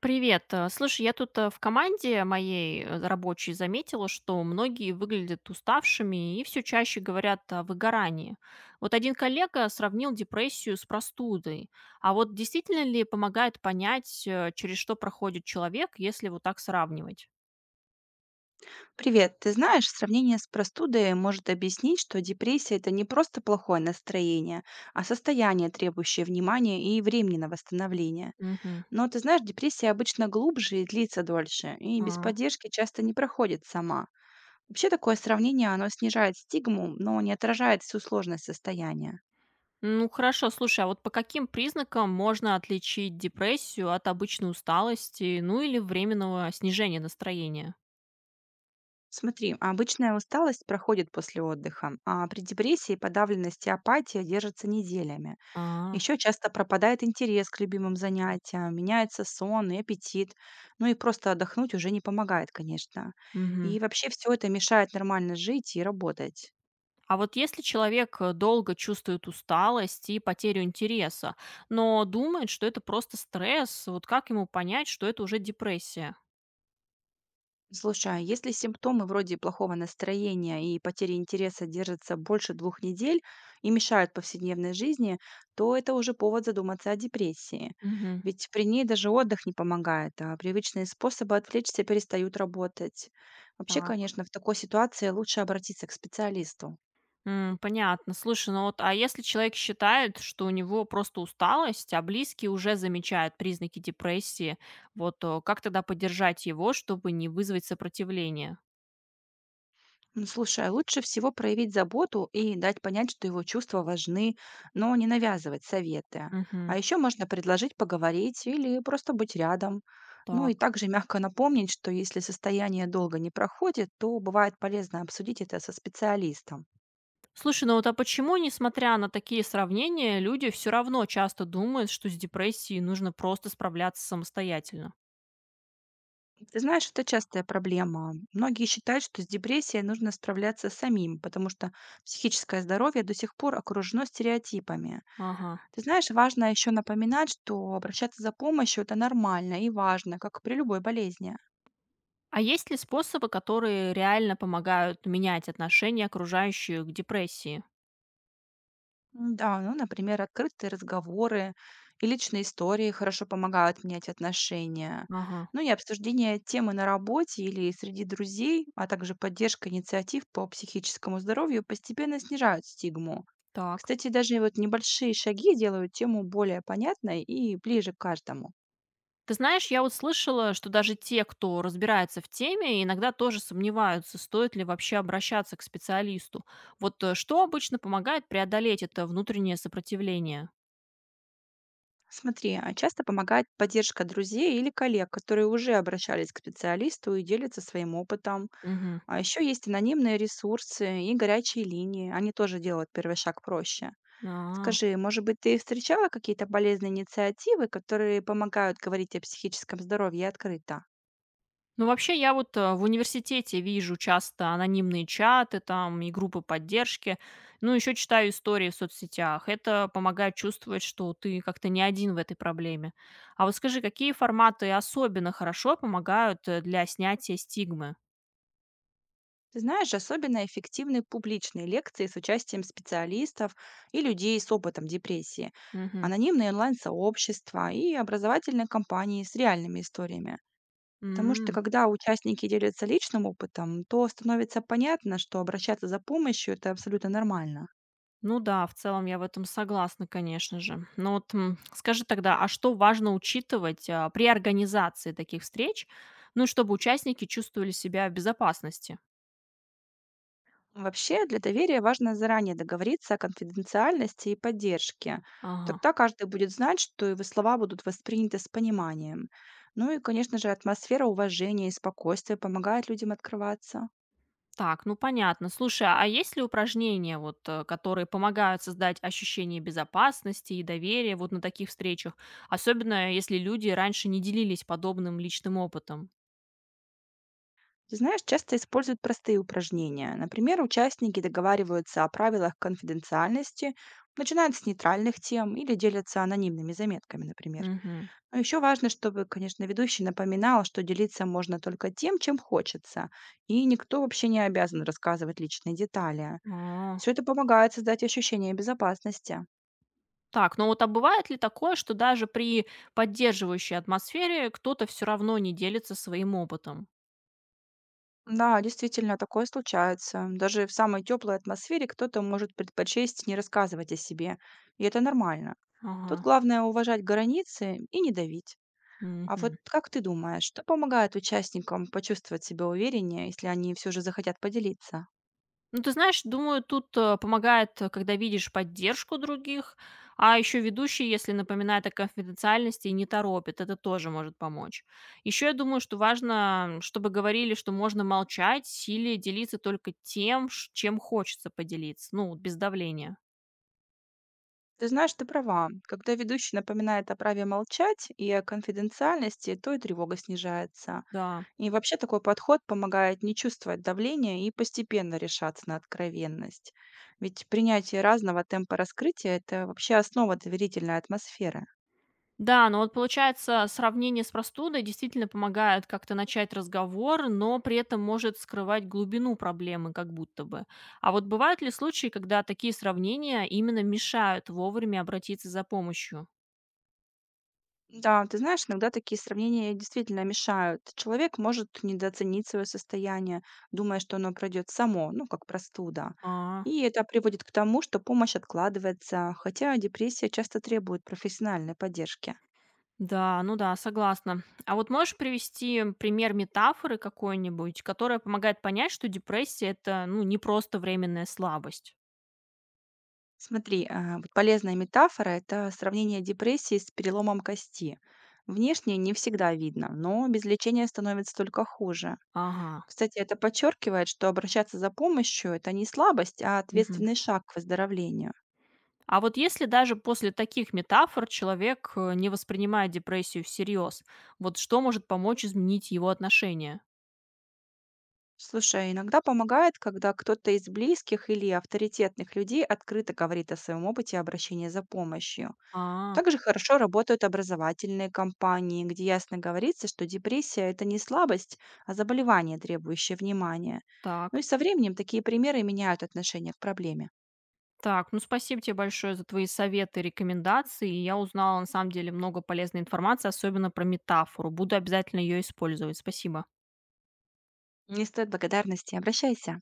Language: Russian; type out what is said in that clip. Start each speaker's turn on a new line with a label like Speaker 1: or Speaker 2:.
Speaker 1: Привет. Слушай, я тут в команде моей рабочей заметила, что многие выглядят уставшими и все чаще говорят о выгорании. Вот один коллега сравнил депрессию с простудой. А вот действительно ли помогает понять, через что проходит человек, если вот так сравнивать?
Speaker 2: Привет. Ты знаешь, сравнение с простудой может объяснить, что депрессия– это не просто плохое настроение, а состояние, требующее внимания и времени на восстановление.
Speaker 1: Мгм.
Speaker 2: Но ты знаешь, депрессия обычно глубже и длится дольше, и без
Speaker 1: А.
Speaker 2: поддержки часто не проходит сама. Вообще такое сравнение, оно снижает стигму, но не отражает всю сложность состояния.
Speaker 1: Ну хорошо, слушай, а вот по каким признакам можно отличить депрессию от обычной усталости, ну или временного снижения настроения?
Speaker 2: Смотри, обычная усталость проходит после отдыха, а при депрессии подавленность и апатия держатся неделями.
Speaker 1: А,
Speaker 2: Еще часто пропадает интерес к любимым занятиям, меняется сон и аппетит. Ну и просто отдохнуть уже не помогает, конечно.
Speaker 1: мгм.
Speaker 2: И вообще все это мешает нормально жить и работать.
Speaker 1: А вот если человек долго чувствует усталость и потерю интереса, но думает, что это просто стресс, вот как ему понять, что это уже депрессия?
Speaker 2: Слушай, а если симптомы вроде плохого настроения и потери интереса держатся больше двух недель и мешают повседневной жизни, то это уже повод задуматься о депрессии.
Speaker 1: Мгм.
Speaker 2: Ведь при ней даже отдых не помогает, а привычные способы отвлечься перестают работать. Вообще,
Speaker 1: Так,
Speaker 2: конечно, в такой ситуации лучше обратиться к специалисту.
Speaker 1: Понятно. Слушай, ну вот, а если человек считает, что у него просто усталость, а близкие уже замечают признаки депрессии, вот как тогда поддержать его, чтобы не вызвать сопротивление?
Speaker 2: Ну, слушай, а лучше всего проявить заботу и дать понять, что его чувства важны, но не навязывать советы.
Speaker 1: Мгм.
Speaker 2: А еще можно предложить поговорить или просто быть рядом. Ну и
Speaker 1: Так.
Speaker 2: также мягко напомнить, что если состояние долго не проходит, то бывает полезно обсудить это со специалистом.
Speaker 1: Слушай, ну вот а почему, несмотря на такие сравнения, люди все равно часто думают, что с депрессией нужно просто справляться самостоятельно?
Speaker 2: Ты знаешь, это частая проблема. Многие считают, что с депрессией нужно справляться самим, потому что психическое здоровье до сих пор окружено стереотипами.
Speaker 1: Ага.
Speaker 2: Ты знаешь, важно еще напоминать, что обращаться за помощью это нормально и важно, как при любой болезни.
Speaker 1: А есть ли способы, которые реально помогают менять отношение окружающих к депрессии?
Speaker 2: Да, ну, например, открытые разговоры и личные истории хорошо помогают менять отношения.
Speaker 1: Ага,
Speaker 2: Ну и обсуждение темы на работе или среди друзей, а также поддержка инициатив по психическому здоровью постепенно снижают стигму.
Speaker 1: так.
Speaker 2: Кстати, даже вот небольшие шаги делают тему более понятной и ближе к каждому.
Speaker 1: Ты знаешь, я вот слышала, что даже те, кто разбирается в теме, иногда тоже сомневаются, стоит ли вообще обращаться к специалисту. Вот что обычно помогает преодолеть это внутреннее сопротивление?
Speaker 2: Смотри, а часто помогает поддержка друзей или коллег, которые уже обращались к специалисту и делятся своим опытом. А еще есть анонимные ресурсы и горячие линии. Они тоже делают первый шаг проще.
Speaker 1: Угу.
Speaker 2: Скажи, может быть, ты встречала какие-то полезные инициативы, которые помогают говорить о психическом здоровье открыто?
Speaker 1: Ну, вообще, я вот в университете вижу часто анонимные чаты там и группы поддержки. Ну, еще читаю истории в соцсетях. Это помогает чувствовать, что ты как-то не один в этой проблеме. А вот скажи, какие форматы особенно хорошо помогают для снятия стигмы?
Speaker 2: Ты знаешь, особенно эффективны публичные лекции с участием специалистов и людей с опытом депрессии,
Speaker 1: Мгм.
Speaker 2: анонимные онлайн-сообщества и образовательные кампании с реальными историями. Потому что
Speaker 1: М,
Speaker 2: когда участники делятся личным опытом, то становится понятно, что обращаться за помощью это абсолютно нормально.
Speaker 1: Ну да, в целом я в этом согласна, конечно же. Но вот скажи тогда, а что важно учитывать при организации таких встреч, ну, чтобы участники чувствовали себя в безопасности?
Speaker 2: Вообще, для доверия важно заранее договориться о конфиденциальности и поддержке.
Speaker 1: Ага.
Speaker 2: Тогда каждый будет знать, что его слова будут восприняты с пониманием. Ну и, конечно же, атмосфера уважения и спокойствия помогает людям открываться.
Speaker 1: Так, ну понятно. Слушай, а есть ли упражнения, вот, которые помогают создать ощущение безопасности и доверия вот на таких встречах, особенно если люди раньше не делились подобным личным опытом?
Speaker 2: Ты знаешь, часто используют простые упражнения. Например, участники договариваются о правилах конфиденциальности, начинают с нейтральных тем или делятся анонимными заметками, например.
Speaker 1: Мгм.
Speaker 2: Но еще важно, чтобы, конечно, ведущий напоминал, что делиться можно только тем, чем хочется, и никто вообще не обязан рассказывать личные детали.
Speaker 1: А,
Speaker 2: Все это помогает создать ощущение безопасности.
Speaker 1: Так, ну вот а бывает ли такое, что даже при поддерживающей атмосфере кто-то все равно не делится своим опытом?
Speaker 2: Да, действительно, такое случается. Даже в самой теплой атмосфере кто-то может предпочесть не рассказывать о себе, и это нормально. Тут
Speaker 1: Ага.
Speaker 2: главное уважать границы и не давить. А вот
Speaker 1: Мгм.
Speaker 2: как ты думаешь, что помогает участникам почувствовать себя увереннее, если они все же захотят поделиться?
Speaker 1: Ну, ты знаешь, думаю, тут помогает, когда видишь поддержку других, а еще ведущий, если напоминает о конфиденциальности и не торопит, это тоже может помочь. Еще я думаю, что важно, чтобы говорили, что можно молчать или делиться только тем, чем хочется поделиться, ну, без давления.
Speaker 2: Ты знаешь, ты права. Когда ведущий напоминает о праве молчать и о конфиденциальности, то и тревога снижается.
Speaker 1: Да.
Speaker 2: И вообще такой подход помогает не чувствовать давления и постепенно решаться на откровенность. Ведь принятие разного темпа раскрытия– это вообще основа доверительной атмосферы.
Speaker 1: Да, но вот получается, сравнение с простудой действительно помогает как-то начать разговор, но при этом может скрывать глубину проблемы как будто бы. А вот бывают ли случаи, когда такие сравнения именно мешают вовремя обратиться за помощью?
Speaker 2: Да, ты знаешь, иногда такие сравнения действительно мешают. Человек может недооценить свое состояние, думая, что оно пройдет само, ну, как простуда.
Speaker 1: А,
Speaker 2: И это приводит к тому, что помощь откладывается, хотя депрессия часто требует профессиональной поддержки.
Speaker 1: да, ну да, согласна. А вот можешь привести пример метафоры какой-нибудь, которая помогает понять, что депрессия это, ну, не просто временная слабость?
Speaker 2: Смотри, а, вот полезная метафора– это сравнение депрессии с переломом кости. Внешне не всегда видно, но без лечения становится только хуже.
Speaker 1: Ага.
Speaker 2: Кстати, это подчеркивает, что обращаться за помощью– это не слабость, а
Speaker 1: Мгм.
Speaker 2: ответственный шаг к выздоровлению.
Speaker 1: А вот если даже после таких метафор человек не воспринимает депрессию всерьез, вот что может помочь изменить его отношение?
Speaker 2: Слушай, а иногда помогает, когда кто-то из близких или авторитетных людей открыто говорит о своем опыте обращения за помощью.
Speaker 1: А,
Speaker 2: Также хорошо работают образовательные кампании, где ясно говорится, что депрессия– это не слабость, а заболевание, требующее внимания. Ну и
Speaker 1: так.
Speaker 2: со временем такие примеры меняют отношение к проблеме.
Speaker 1: Так, ну спасибо тебе большое за твои советы и рекомендации. Я узнала на самом деле много полезной информации, особенно про метафору. Буду обязательно ее использовать. Спасибо.
Speaker 2: Не стоит благодарности, обращайся.